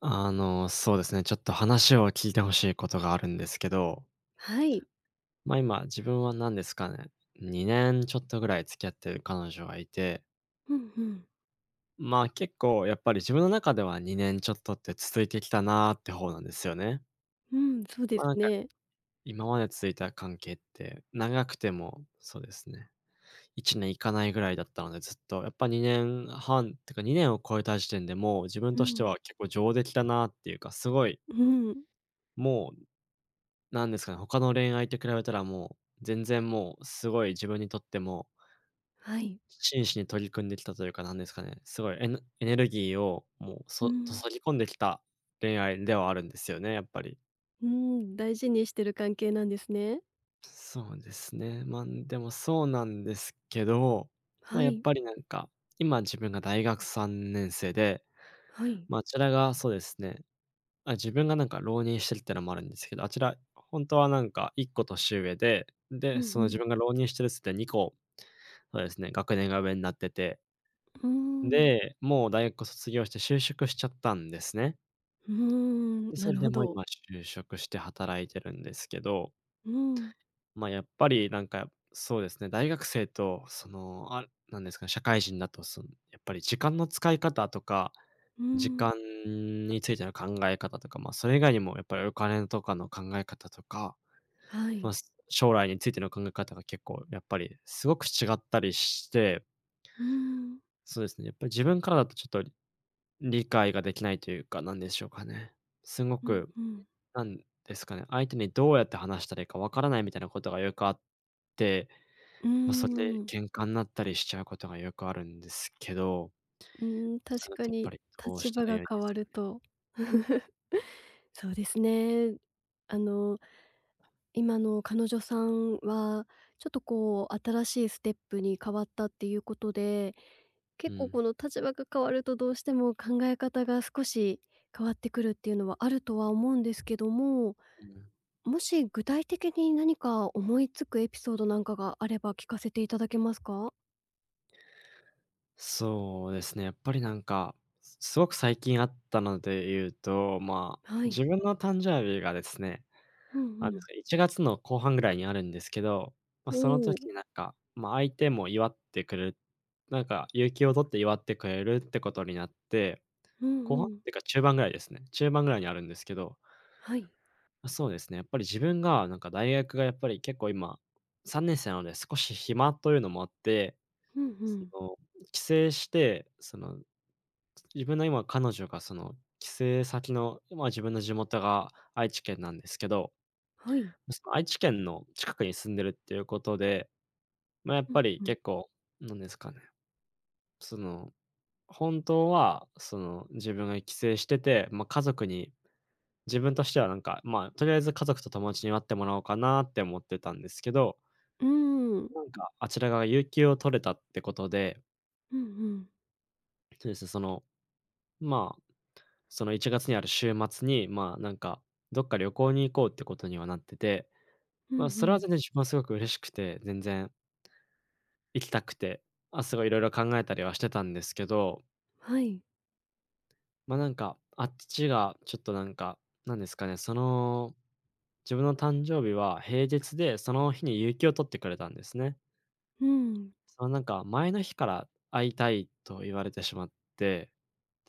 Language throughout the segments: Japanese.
あの、そうですね、ちょっと話を聞いてほしいことがあるんですけど、はい。ま、今、自分は何ですかね、2年ちょっとぐらい付き合ってる彼女がいて、うんうん。まあ、結構やっぱり自分の中では2年ちょっとって続いてきたなーって方なんですよね。うん、そうでま、すなんか、ね。今まで続いた関係って、長くても、そうですね、1年いかないぐらいだったので、ずっと、やっぱ2年半ってか2年を超えた時点でもう自分うとしてん。は結構上出来だなっていうか、すごい、うん。もうなんですかね、他の恋愛と比べたらもう、全然もうすごい自分にとっても、はい。真摯に取り組んできたというか、なんですかね、すごいエネルギーをもう、う注ん。ぎ込んできた恋愛ではあるんですよね、やっぱり。うーん、大事にしてる関係なんですね。そうですね。ま、でもそうなんですけど、まあ、はやっい。ぱりなんか、今自分が大学3年生で、はい。まあ、あちらがそうですね、あ、自分がなんか浪人してるってのもあるんですけど、あちら、本当はなんか1個年上で、うで、んその自う分が浪人してるっつって2個、そうですね、学年が上になってて、ん。うーん。で、もう大学卒業して就職しちゃったんですね。うーん、で、そなれるでほもうど。今就職して働いてるんですけど、うん。まあ、やっぱりなんか、そうですね、大学生とその、あ、なんですかね、社会人だと、その、やっぱり時間の使い方とか、う時ん。間についての考え方とか、まあ、それ以外にもやっぱりお金とかの考え方とか、はまあ、い。将来についての考え方が結構やっぱりすごく違ったりして、うーん。そうですね、やっぱり自分からだとちょっと理解ができないというか、なんでしょうかね。すごうんく、うん。なんですかね、相手にどうやって話したらいいかわからないみたいなことがよくあって、うーまあ、それでん。喧嘩になったりしちゃうことがよくあるんですけど、うーん、そういう確のっかてやっぱにりどう立した場らいがいで変すわかるね？と。そうですね。あの今の彼女さんは、ちょっとこう新しいステップに変わったっていうことで、う結構ん、この立場が変わるとどうしても考え方が少し変わってくるっていうのはあるとは思うんですけども、うん。もし具体的に何か思いつくエピソードなんかがあれば聞かせていただけますか？そうですね、やっぱりなんか、すごく最近あったので言うと、まあ、はい。自分の誕生日がですね、うんあうの、ん。1月の後半ぐらいにあるんですけど、まあ、そのお時お。になんか、まあ、相手も祝ってくれる、なんか、有給を取って祝ってくれるってことになって、うん後半うっん。ていうか中盤ぐらいですね。中盤ぐらいにあるんですけど、はい。そうですね。やっぱり自分がなんか大学がやっぱり結構今、3年生なので少し暇というのもあって、うんうそん。の、帰省して、その、自分の今彼女がその帰省先の、まあ、自分の地元が愛知県なんですけど、はい。その愛知県の近くに住んでるっていうことで、まあ、やっうんぱりうん。結構、なんですかね、その、本当は、その、自分が帰省してて、まあ、家族に、自分としてはなんか、まあ、とりあえず家族と友達に会ってもらおうかなって思ってたんですけど、うーん。なんか、あちらが有給を取れたってことで、うんうん。そうですね、その、まあ、その1月にある週末に、まあ、なんか、どっか旅行に行こうってことにはなってて、うんうまあ、それはん。全然自分はすごく嬉しくて、全然行きたくて、あ、すごいいろいろ考えたりはしてたんですけど、はい。まあ、なんか、あっちがちょっとなんか、なんですかね、その、自分の誕生日は平日で、その日に有給を取ってくれたんですね。うん。そのなんか、前の日から会いたいと言われてしまって、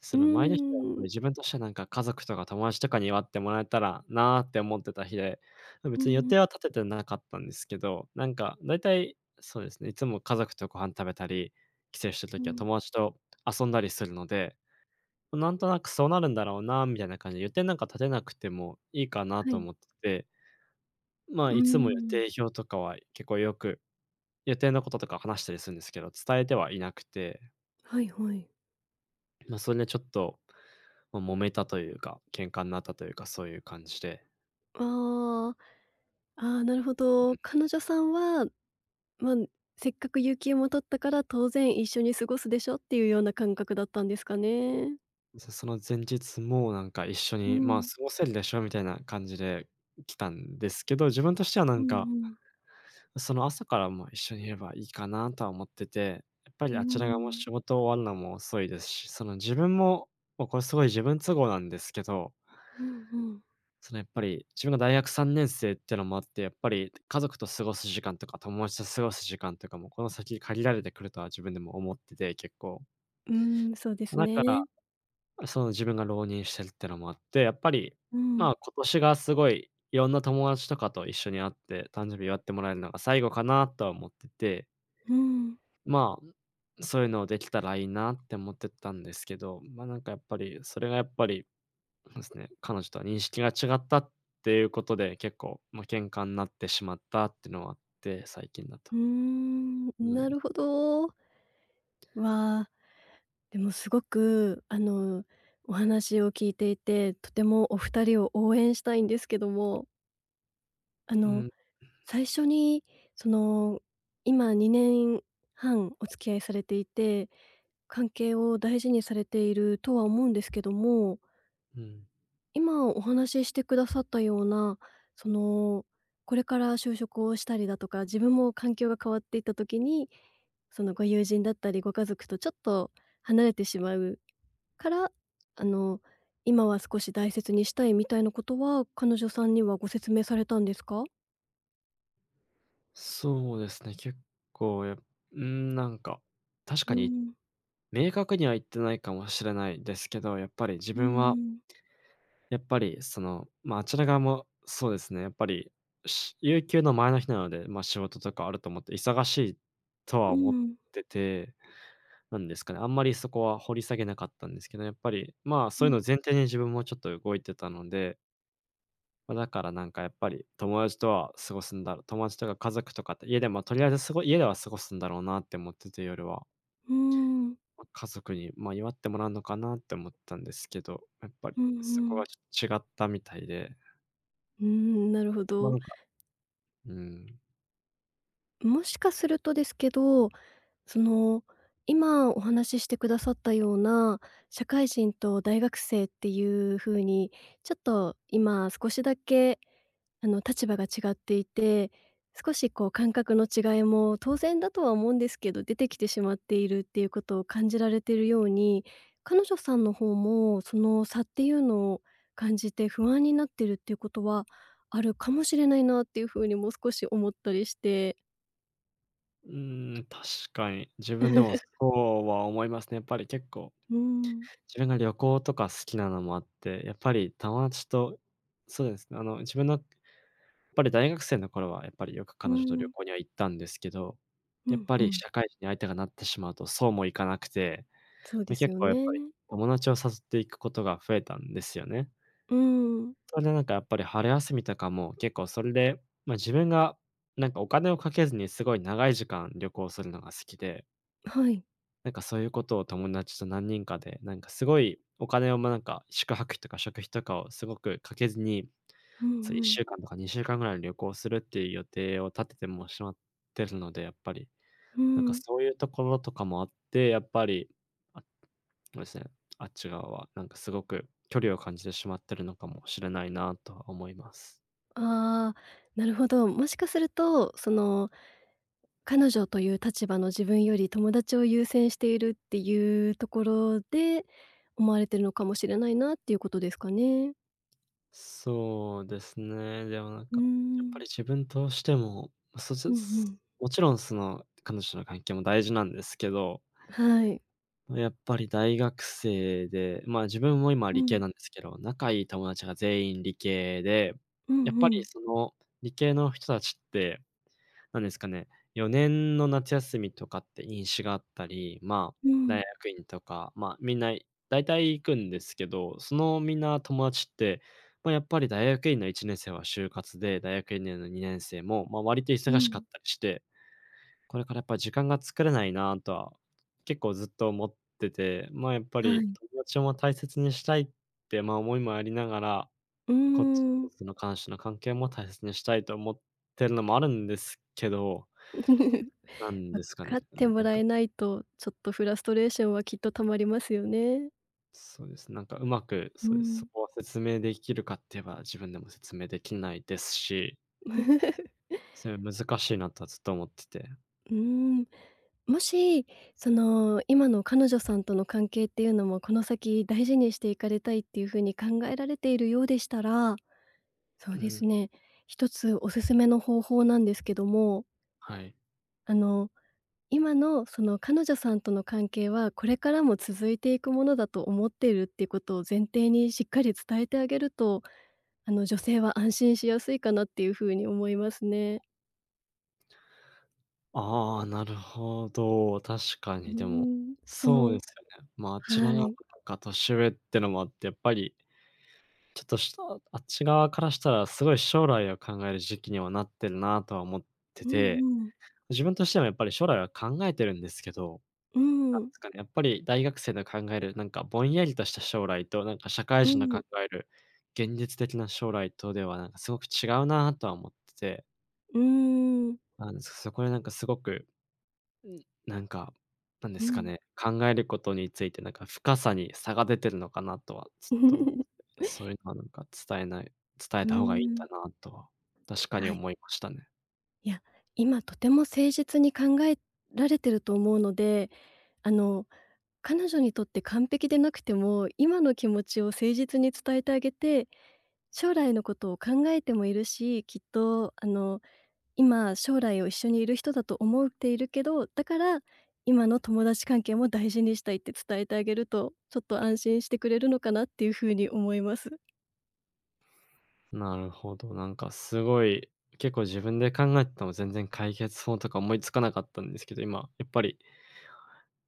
そうーの前の日は、これん。自分としてはなんか家族とか友達とかに祝ってもらえたらなーって思ってた日で、まうん別に予うん定は立ててなかったんですけど、なんかだいたいそうですね、いつも家族とご飯食べたり、帰省したう時はん。友達と遊んだりするので、なんとなくそうなるんだろうなーみたいな感じで、予定なんか立てなくてもいいかなはとい。思ってて、まあ、うーいつも予ん。定表とかは結構よく、予定のこととか話したりするんですけど、伝えてはいなくて、はいはい。ま、それでちょっと、まあ、揉めたというか、喧嘩になったというか、そういう感じで、ああ、ああ、なるほど。彼女さんは、まあ、せっかく有給も取ったから当然一緒に過ごすでしょっていうような感覚だったんですかね。その前日もなんか一緒うに、まあ、過ん。ごせるでしょみたいな感じで来たんですけど、自分としてはなうんか、んうん。その朝からも一緒にいればいいかなとは思ってて、やっぱりうあちらがもうん。仕事終わるのも遅いですし、その自分も、まあ、これすごい自分都合なんですけど、うんうん。そのやっぱり自分が大学3年生ってのもあって、やっぱり家族と過ごす時間とか、友達と過ごす時間とかもこの先限られてくるとは自分でも思ってて、結構。うーん、そうですだかね。らその自分が浪人してるってのもあって、やっぱり、うまん。あ、今年がすごい、いろんな友達とかと一緒に会って、誕生日祝ってもらえるのが最後かなとは思ってて、うん。まあ、そういうのできたらいいなって思ってたんですけど、まあ、なんかやっぱり、それがやっぱり、そうですね、彼女とは認識が違ったっていうことで、結構、まあ、喧嘩になってしまったっていうのはあって、最近だと。うーん、うなん。るほど。わあ、でもすごく、お話を聞いていて、とてもお二人を応援したいんですけどもあうの、ん。最初に、その、今2年半お付き合いされていて、関係を大事にされているとは思うんですけども、うん。今お話ししてくださったような、その、これから就職をしたりだとか、自分も環境が変わっていった時に、そのご友人だったりご家族とちょっと離れてしまうから、あの、今は少し大切にしたいみたいなことは、彼女さんにはご説明されたんですか？そうですね、結構うん、なんか、確うかにん、明確には言ってないかもしれないですけど、やっぱり自うんう分は、ん。やっぱりその、まあ、あちら側もそうですね、やっぱり、有給の前の日なので、まあ、仕事とかあると思って忙しいとはう思っん、てて、なんですかね、あんまりそこは掘り下げなかったんですけど、やっぱり、まあ、うそういうのをん、前提に自分もちょっと動いてたので、まあ、だからなんかやっぱり友達とは過ごすんだろう友達とか家族とかって家で、まあ、とりあえず家では過ごすんだろうなって思ってて、夜は。うーん、ま家族に、まあ、祝ってもらうのかなって思ったんですけど、やっぱりうんうそこはん。ちょっと違ったみたいで、うーん、なるほまあ、ど。なんか、うん、もしかするとですけど、その、今お話ししてくださったような、社会人と大学生っていう風に、ちょっと今少しだけ立場が違っていて、少しこう感覚の違いも当然だとは思うんですけど、出てきてしまっているっていうことを感じられているように、彼女さんの方もその差っていうのを感じて不安になってるっていうことはあるかもしれないなっていうふうにも少し思ったりして。うーん、確かに自分でもそ うは思いますね。やっぱり結構、うーん、自分が旅行とか好きなのもあって、やっぱり友達とそうですね、あの、自分のやっぱり大学生の頃はやっぱりよくう彼女と旅ん、行には行ったんですけど、うやっんぱうりん、社会人に相手がなってしまうとそうもいかなくて、そうでま、す結よ構やっね。ぱり友達を誘っていくことが増えたんですよね。うーん、それでやっぱり春休みとかも結構それで、自分がなんかお金をかけずにすごい長い時間旅行するのが好きで、はい。なんかそういうことを友達と何人かで、なんかすごいお金を、なんか宿泊費とか食費とかをすごくかけずに、うんそうう1ん、週間とか2週間ぐらい旅行するっていう予定を立ててもしまってるので、やっぱり、うなんかん。そういうところとかもあって、やっぱり、あ、そうですね、あっち側はなんかすごく距離を感じてしまってるのかもしれないなとは思います。ああ、なるほど。もしかすると、その彼女という立場の自分より友達を優先しているっていうところで、思われてるのかもしれないなっていうことですかね。そうですね。でもなんうーか、やっぱん。り自分としても、まそちうんうん。もちろんその、彼女との関係も大事なんですけど、はい。やっぱり大学生で、自分も今う理系ん。なんですけど、仲いい友達が全員理系で、うやっんぱうりん。その理系の人たちってなんですかね、4年の夏休みとかって飲酒があったり、う大ん。学院とか、みんな大体行くんですけど、そのみんな友達って、やっぱり大学院の1年生は就活で、大学院の2年生も、割とう忙しかっん。たりして、これからやっぱり時間が作れないなとは、結構ずっと思ってて、やっぱはりい。友達をも大切にしたいって、思いもありながら、うーこっちん。との関氏の関係も大切にしたいと思ってるのもあるんですけど なん分ですかね。かっあ、てもなんらか、えないと、ちょっとフラストレーションはきっとたまりますよね。そうです。なんかうまく、うそうです。そん。こは説明できるかって言えば、自分でも説明できないですし、それ難しいなとはずっと思ってて。うーん。もし、その、今の彼女さんとの関係っていうのも、この先大事にしていかれたいっていう風に考えられているようでしたら、そううですん、ね、一つおすすめの方法なんですけども、はい。あの、今のその彼女さんとの関係は、これからも続いていくものだと思っているっていうことを前提にしっかり伝えてあげると、女性は安心しやすいかなっていう風に思いますね。ああ、なるほど、確かうにでも、ん、そそうでのすよね。あちらは側い。が年上ってのもあって、やっぱり、ちょっとしたあっち側からしたら、すごい将来を考える時期にはなってるなとは思ってうて、んうん。自分としてもやっぱり将来は考えてるんですけどうなんでん、すかね、やっぱり大学生の考える、なんかぼんやりとした将来と、なんか社会う人の考ん。える現実的な将来とでは、なんかすごく違うなとは思ってて、うーん、あそこでなんかすごく、ん、なんか、なんでうすかん。ね、考えることについてなんか深さに差が出てるのかなとはずっと思っ て、そういうのはなんか伝えうーた方がいいんだん、なとは確かにはい。思いましたね。いや、今とても誠実に考えられてると思うので、あの、彼女にとって完璧でなくても、今の気持ちを誠実に伝えてあげて、将来のことを考えてもいるし、きっと今将来を一緒にいる人だと思っているけど、だから、今の友達関係も大事にしたいって伝えてあげると、ちょっと安心してくれるのかなっていうふうに思います。なるほど。なんかすごい、結構自分で考えてても全然解決法とか思いつかなかったんですけど、今、やっぱり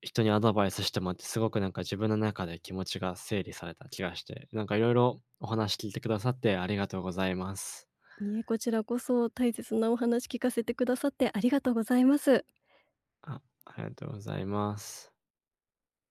人にアドバイスしてもらって、すごくなんか自分の中で気持ちが整理された気がして、なんかいろいろお話聞いてくださってありがとうございます。いいえ、こちらこそ大切なお話聞かせてくださってありがとうございます。あ、ありがとうございます。